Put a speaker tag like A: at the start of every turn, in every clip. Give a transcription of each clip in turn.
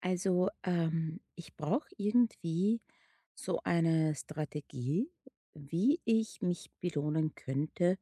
A: Also, ich brauche irgendwie so eine Strategie, wie ich mich belohnen könnte,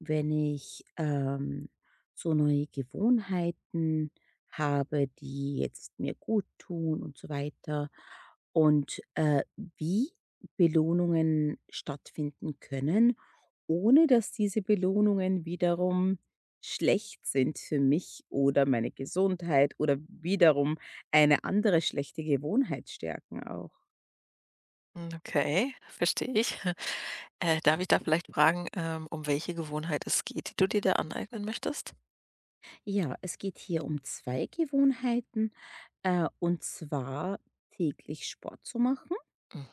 A: wenn ich so neue Gewohnheiten habe, die jetzt mir gut tun und so weiter. Und wie Belohnungen stattfinden können, ohne dass diese Belohnungen wiederum schlecht sind für mich oder meine Gesundheit oder wiederum eine andere schlechte Gewohnheit stärken auch.
B: Hm, okay, verstehe ich. Darf ich da vielleicht fragen, um welche Gewohnheit es geht, die du dir da aneignen möchtest?
A: Ja, es geht hier um 2 Gewohnheiten, und zwar täglich Sport zu machen.
B: Mhm,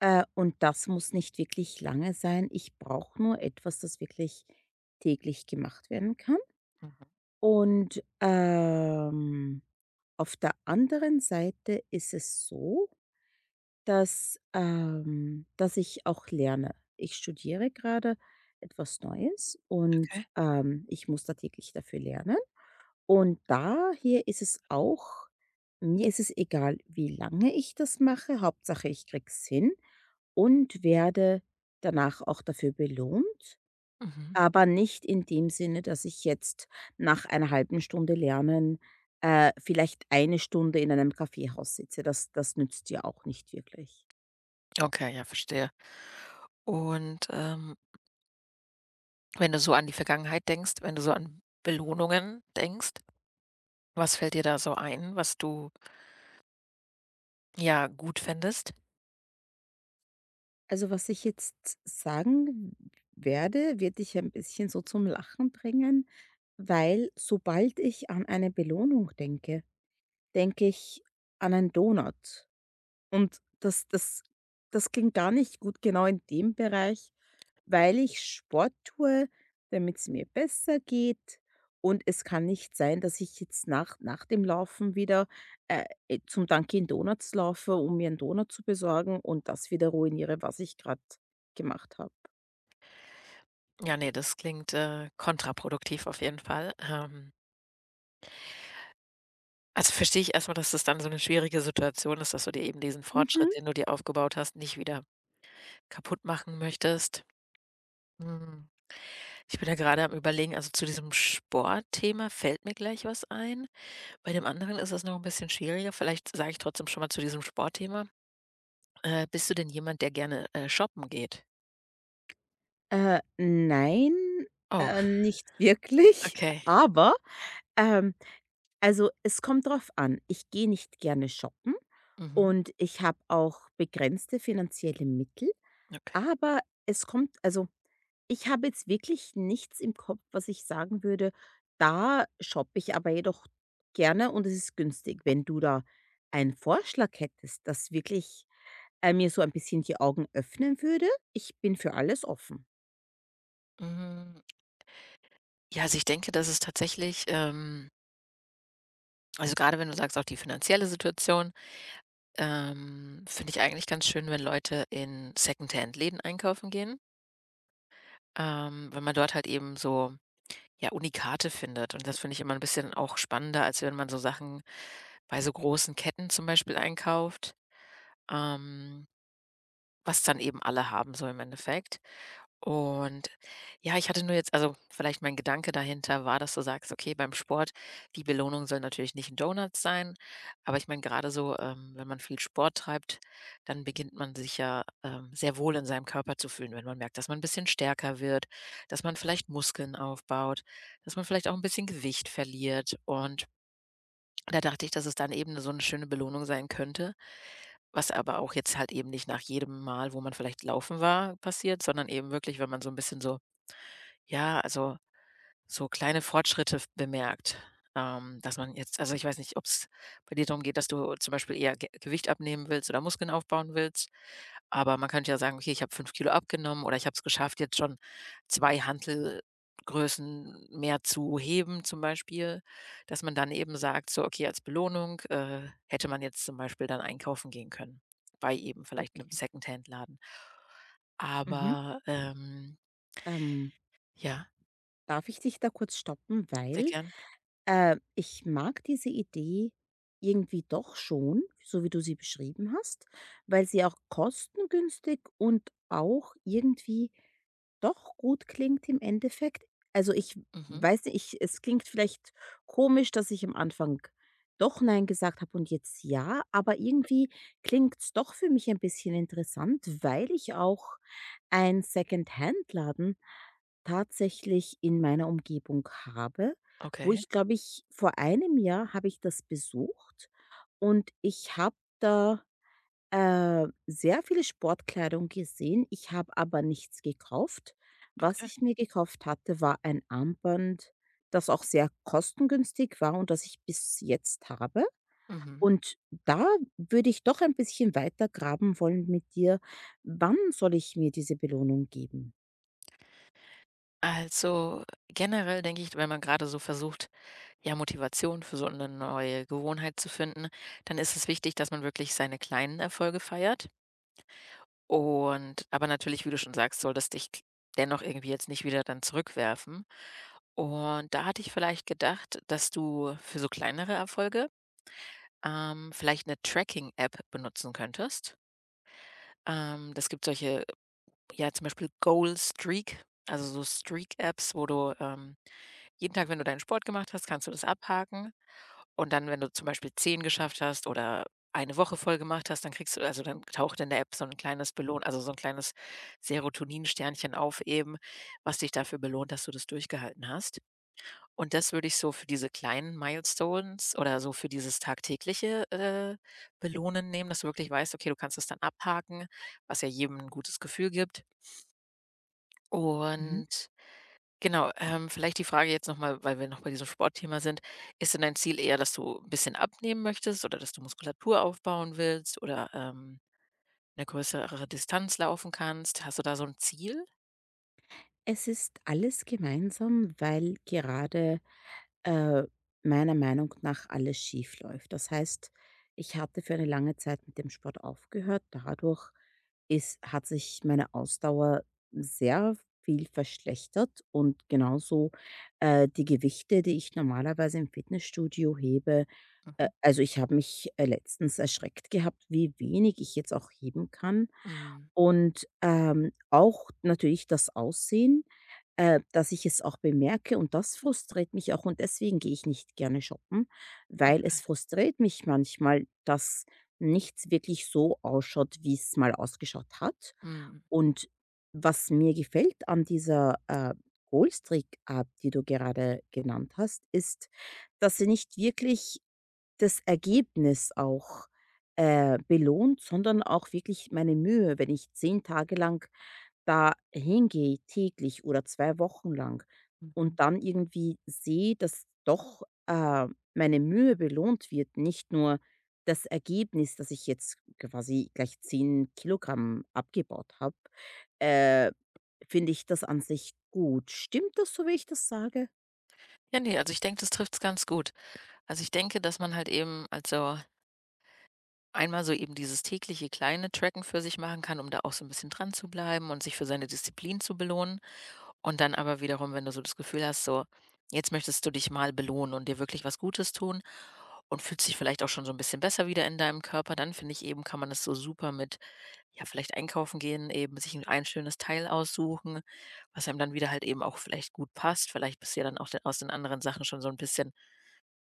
A: Und das muss nicht wirklich lange sein. Ich brauche nur etwas, das wirklich täglich gemacht werden kann.
B: mhm,
A: Und, auf der anderen Seite ist es so, dass ich auch lerne. Ich studiere gerade etwas Neues und,
B: okay.
A: ich muss da täglich dafür lernen. Und daher ist es auch, mir ist es egal, wie lange ich das mache, Hauptsache ich krieg's hin und werde danach auch dafür belohnt,
B: Mhm.
A: aber nicht in dem Sinne, dass ich jetzt nach einer halben Stunde Lernen, vielleicht eine Stunde in einem Kaffeehaus sitze. Das nützt ja auch nicht wirklich.
B: Okay, ja, verstehe. Und, wenn du so an die Vergangenheit denkst, wenn du so an Belohnungen denkst, was fällt dir da so ein, was du, ja, gut fändest?
A: Also, was ich jetzt sagen werde, wird dich ein bisschen so zum Lachen bringen, weil sobald ich an eine Belohnung denke, denke ich an einen Donut. Und das ging gar nicht gut genau in dem Bereich, weil ich Sport tue, damit es mir besser geht. Und es kann nicht sein, dass ich jetzt nach dem Laufen wieder, zum Dunkin' Donuts laufe, um mir einen Donut zu besorgen und das wieder ruiniere, was ich gerade gemacht habe.
B: Ja, nee, das klingt, kontraproduktiv auf jeden Fall. Also, verstehe ich erstmal, dass das dann so eine schwierige Situation ist, dass du dir eben diesen
A: Mhm.
B: Fortschritt, den du dir aufgebaut hast, nicht wieder kaputt machen möchtest. Hm. Ich bin da gerade am Überlegen, also, zu diesem Sportthema fällt mir gleich was ein. Bei dem anderen ist es noch ein bisschen schwieriger. Vielleicht sage ich trotzdem schon mal zu diesem Sportthema. Bist du denn jemand, der gerne, shoppen geht?
A: Nein,
B: Oh,
A: nicht wirklich,
B: okay.
A: aber, ähm also, es kommt drauf an. Ich gehe nicht gerne shoppen.
B: Mhm,
A: Und ich habe auch begrenzte finanzielle Mittel,
B: okay.
A: aber es kommt, also, ich habe jetzt wirklich nichts im Kopf, was ich sagen würde: „Da shoppe ich aber jedoch gerne und es ist günstig.“ Wenn du da einen Vorschlag hättest, das wirklich, mir so ein bisschen die Augen öffnen würde, ich bin für alles offen.
B: Hm, ja, also, ich denke, dass es tatsächlich, also, gerade wenn du sagst, auch die finanzielle Situation, finde ich eigentlich ganz schön, wenn Leute in Secondhand-Läden einkaufen gehen, weil man dort halt eben so ja, Unikate findet. Und das finde ich immer ein bisschen auch spannender, als wenn man so Sachen bei so großen Ketten zum Beispiel einkauft, ähm, was dann eben alle haben so im Endeffekt. Und ja, ich hatte nur jetzt also, vielleicht mein Gedanke dahinter war, dass du sagst: „Okay, beim Sport, die Belohnung soll natürlich nicht ein Doughnut sein." Aber ich meine, gerade so, wenn man viel Sport treibt, dann beginnt man sich ja, sehr wohl in seinem Körper zu fühlen, wenn man merkt, dass man ein bisschen stärker wird, dass man vielleicht Muskeln aufbaut, dass man vielleicht auch ein bisschen Gewicht verliert. Und da dachte ich, dass es dann eben so eine schöne Belohnung sein könnte, was aber auch jetzt halt eben nicht nach jedem Mal, wo man vielleicht laufen war, passiert, sondern eben wirklich, wenn man so ein bisschen so ja, also so kleine Fortschritte f bemerkt, dass man jetzt also ich weiß nicht, ob es bei dir darum geht, dass du zum Beispiel eher Ge Gewicht abnehmen willst oder Muskeln aufbauen willst, aber man könnte ja sagen: „Okay, ich habe 5 Kilo abgenommen oder ich habe es geschafft, jetzt schon 2 Hantelgrößen mehr zu heben", zum Beispiel, dass man dann eben sagt so: „Okay, als Belohnung, hätte man jetzt zum Beispiel dann einkaufen gehen können", bei eben vielleicht 'nem
A: Okay.
B: Secondhandladen.
A: Mhm.
B: Aber,
A: Ähm,
B: ja,
A: Darf ich dich da kurz stoppen,
B: sehr
A: weil
B: gern.
A: Ich mag diese Idee irgendwie doch schon, so wie du sie beschrieben hast, weil sie auch kostengünstig und auch irgendwie doch gut klingt im Endeffekt. Also, ich
B: Mhm.
A: weiß nicht, ich es klingt vielleicht komisch, dass ich am Anfang doch nein gesagt habe und jetzt ja, aber irgendwie klingt's doch für mich ein bisschen interessant, weil ich auch einen Secondhandladen tatsächlich in meiner Umgebung habe, wo
B: Okay,
A: ich, glaube ich, vor einem Jahr habe ich das besucht und ich habe da sehr viele Sportkleidung gesehen. Ich habe aber nichts gekauft. Was
B: okay.
A: ich mir gekauft hatte, war ein Armband, das auch sehr kostengünstig war und das ich bis jetzt habe.
B: Mhm.
A: Und da würde ich doch ein bisschen weiter graben wollen mit dir. Wann soll ich mir diese Belohnung geben?
B: Also, generell denke ich, wenn man gerade so versucht, ja, Motivation für so eine neue Gewohnheit zu finden, dann ist es wichtig, dass man wirklich seine kleinen Erfolge feiert. Und aber natürlich, wie du schon sagst, soll das dich dennoch irgendwie jetzt nicht wieder dann zurückwerfen. Und da hatte ich vielleicht gedacht, dass du für so kleinere Erfolge, vielleicht eine Tracking-App benutzen könntest. Das gibt solche ja, zum Beispiel Goal Streak, also so Streak-Apps, wo du, jeden Tag, wenn du deinen Sport gemacht hast, kannst du das abhaken. Und dann, wenn du zum Beispiel 10 geschafft hast oder eine Woche voll gemacht hast, dann kriegst du also dann taucht in der App so ein kleines Belohn also so ein kleines Serotonin-Sternchen auf eben, was dich dafür belohnt, dass du das durchgehalten hast. Und das würde ich so für diese kleinen Milestones oder so für dieses tagtägliche, Belohnen nehmen, dass du wirklich weißt, okay, du kannst es dann abhaken, was ja jedem ein gutes Gefühl gibt.
A: Mhm.
B: Und genau, vielleicht die Frage jetzt noch mal, weil wir noch bei diesem Sportthema sind. Ist denn dein Ziel eher, dass du ein bisschen abnehmen möchtest oder dass du Muskulatur aufbauen willst oder, 'ne größere Distanz laufen kannst? Hast du da so 'n Ziel?
A: Es ist alles gemeinsam, weil gerade äh, meiner Meinung nach alles schief läuft. Das heißt, ich hatte für eine lange Zeit mit dem Sport aufgehört. Dadurch hat sich meine Ausdauer sehr viel verschlechtert und genauso die Gewichte, die ich normalerweise im Fitnessstudio hebe.
B: Mhm.
A: Also ich habe mich letztens erschreckt gehabt, wie wenig ich jetzt auch heben kann
B: Mhm.
A: und, auch natürlich das Aussehen, dass ich es auch bemerke und das frustriert mich auch und deswegen gehe ich nicht gerne shoppen, weil es frustriert mich manchmal, dass nichts wirklich so ausschaut, wie es mal ausgeschaut hat.
B: Mhm.
A: Und was mir gefällt an dieser, Goldstrip-App, die du gerade genannt hast, ist, dass sie nicht wirklich das Ergebnis auch, belohnt, sondern auch wirklich meine Mühe, wenn ich 10 Tage lang da hingehe täglich oder 2 Wochen lang
B: Mhm.
A: und dann irgendwie sehe, dass doch, meine Mühe belohnt wird, nicht nur das Ergebnis, dass ich jetzt quasi gleich 10 Kilogramm abgebaut habe, äh, finde ich das an sich gut. Stimmt das so, wie ich das sage?
B: Ja, ne, also ich denke, das trifft's ganz gut. Also ich denke, dass man halt eben also einmal so eben dieses tägliche kleine Tracken für sich machen kann, um da auch so 'n bisschen dran zu bleiben und sich für seine Disziplin zu belohnen. Und dann aber wiederum, wenn du so das Gefühl hast, so, jetzt möchtest du dich mal belohnen und dir wirklich was Gutes tun und fühlst dich vielleicht auch schon so 'n bisschen besser wieder in deinem Körper, dann finde ich eben, kann man das so super mit, ja, vielleicht einkaufen gehen, eben sich 'n ein schönes Teil aussuchen, was einem dann wieder halt eben auch vielleicht gut passt. Vielleicht bist du ja dann auch de aus den anderen Sachen schon so 'n bisschen,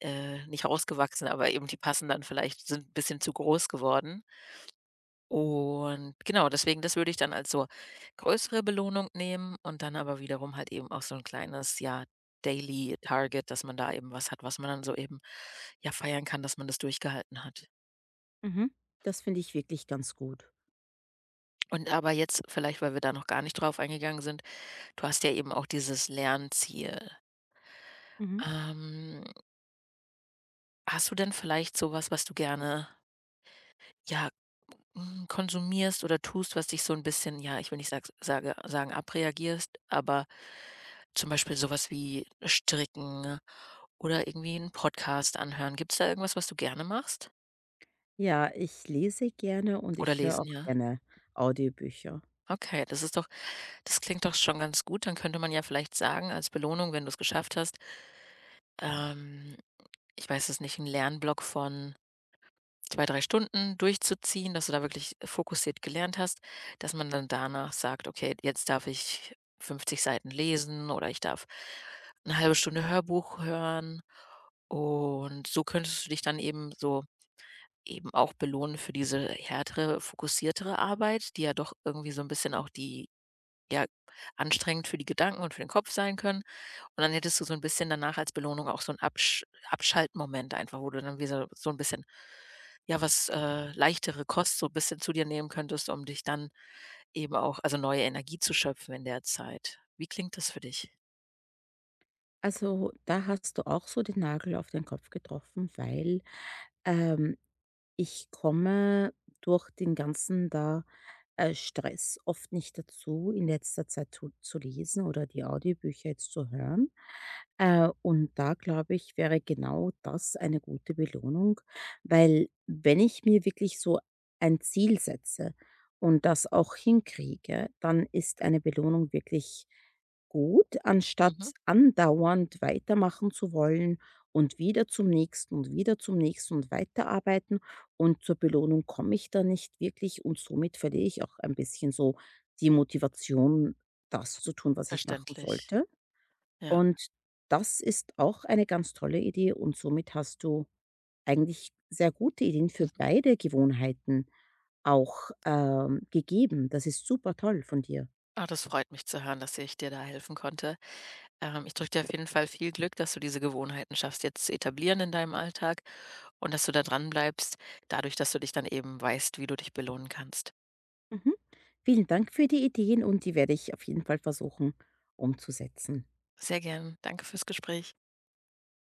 B: nicht rausgewachsen, aber eben die passen dann vielleicht sind 'n bisschen zu groß geworden. Und genau, deswegen, das würde ich dann als so größere Belohnung nehmen und dann aber wiederum halt eben auch so ein kleines, ja, Daily Target, dass man da eben was hat, was man dann so eben, ja, feiern kann, dass man das durchgehalten hat.
A: Mhm. Das finde ich wirklich ganz gut.
B: Und aber jetzt vielleicht, weil wir da noch gar nicht drauf eingegangen sind, du hast ja eben auch dieses Lernziel.
A: Mhm.
B: Ähm, Hast du denn vielleicht sowas, was du gerne ja, hm, konsumierst oder tust, was dich so ein bisschen, ja, ich will nicht sagen, abreagierst, aber zum Beispiel sowas wie Stricken oder irgendwie einen Podcast anhören. Gibt's da irgendwas, was du gerne machst?
A: Ja, ich lese gerne und
B: Oder
A: ich höre
B: lesen,
A: auch
B: ja?
A: gerne Audiobücher.
B: Okay, das ist doch das klingt doch schon ganz gut. Dann könnte man ja vielleicht sagen als Belohnung, wenn du es geschafft hast, ähm, ich weiß es nicht, 'n Lernblock von 2 3 Stunden durchzuziehen, dass du da wirklich fokussiert gelernt hast, dass man dann danach sagt: „Okay, jetzt darf ich 50 Seiten lesen oder ich darf eine halbe Stunde Hörbuch hören." Und so könntest du dich dann eben so eben auch belohnen für diese härtere, fokussiertere Arbeit, die ja doch irgendwie so ein bisschen auch die ja, anstrengend für die Gedanken und für den Kopf sein können. Und dann hättest du so ein bisschen danach als Belohnung auch so 'n Abschaltmoment einfach, wo du dann wieder so ein bisschen ja, was, leichtere Kost so ein bisschen zu dir nehmen könntest, um dich dann eben auch also neue Energie zu schöpfen in der Zeit. Wie klingt das für dich?
A: Also, da hast du auch so den Nagel auf den Kopf getroffen, weil, ähm ich komme durch den ganzen da Stress oft nicht dazu, in letzter Zeit zu lesen oder die Audiobücher jetzt zu hören. Und da glaube ich, wäre genau das eine gute Belohnung, weil wenn ich mir wirklich so ein Ziel setze und das auch hinkriege, dann ist eine Belohnung wirklich gut, anstatt
B: Mhm,
A: andauernd weitermachen zu wollen und wieder zum nächsten und wieder zum nächsten und weiterarbeiten und zur Belohnung komme ich da nicht wirklich und somit verliere ich auch ein bisschen so die Motivation, das zu tun, was ich machen
B: verständlich.
A: sollte.
B: Ja.
A: Und das ist auch eine ganz tolle Idee und somit hast du eigentlich sehr gute Ideen für beide Gewohnheiten auch, gegeben. Das ist super toll von dir.
B: Ah, das freut mich zu hören, dass ich dir da helfen konnte. Ich drücke dir auf jeden Fall viel Glück, dass du diese Gewohnheiten schaffst, jetzt zu etablieren in deinem Alltag und dass du da dran bleibst, dadurch, dass du dich dann eben weißt, wie du dich belohnen kannst.
A: Mhm. Vielen Dank für die Ideen und die werde ich auf jeden Fall versuchen umzusetzen.
B: Sehr gern. Danke fürs Gespräch.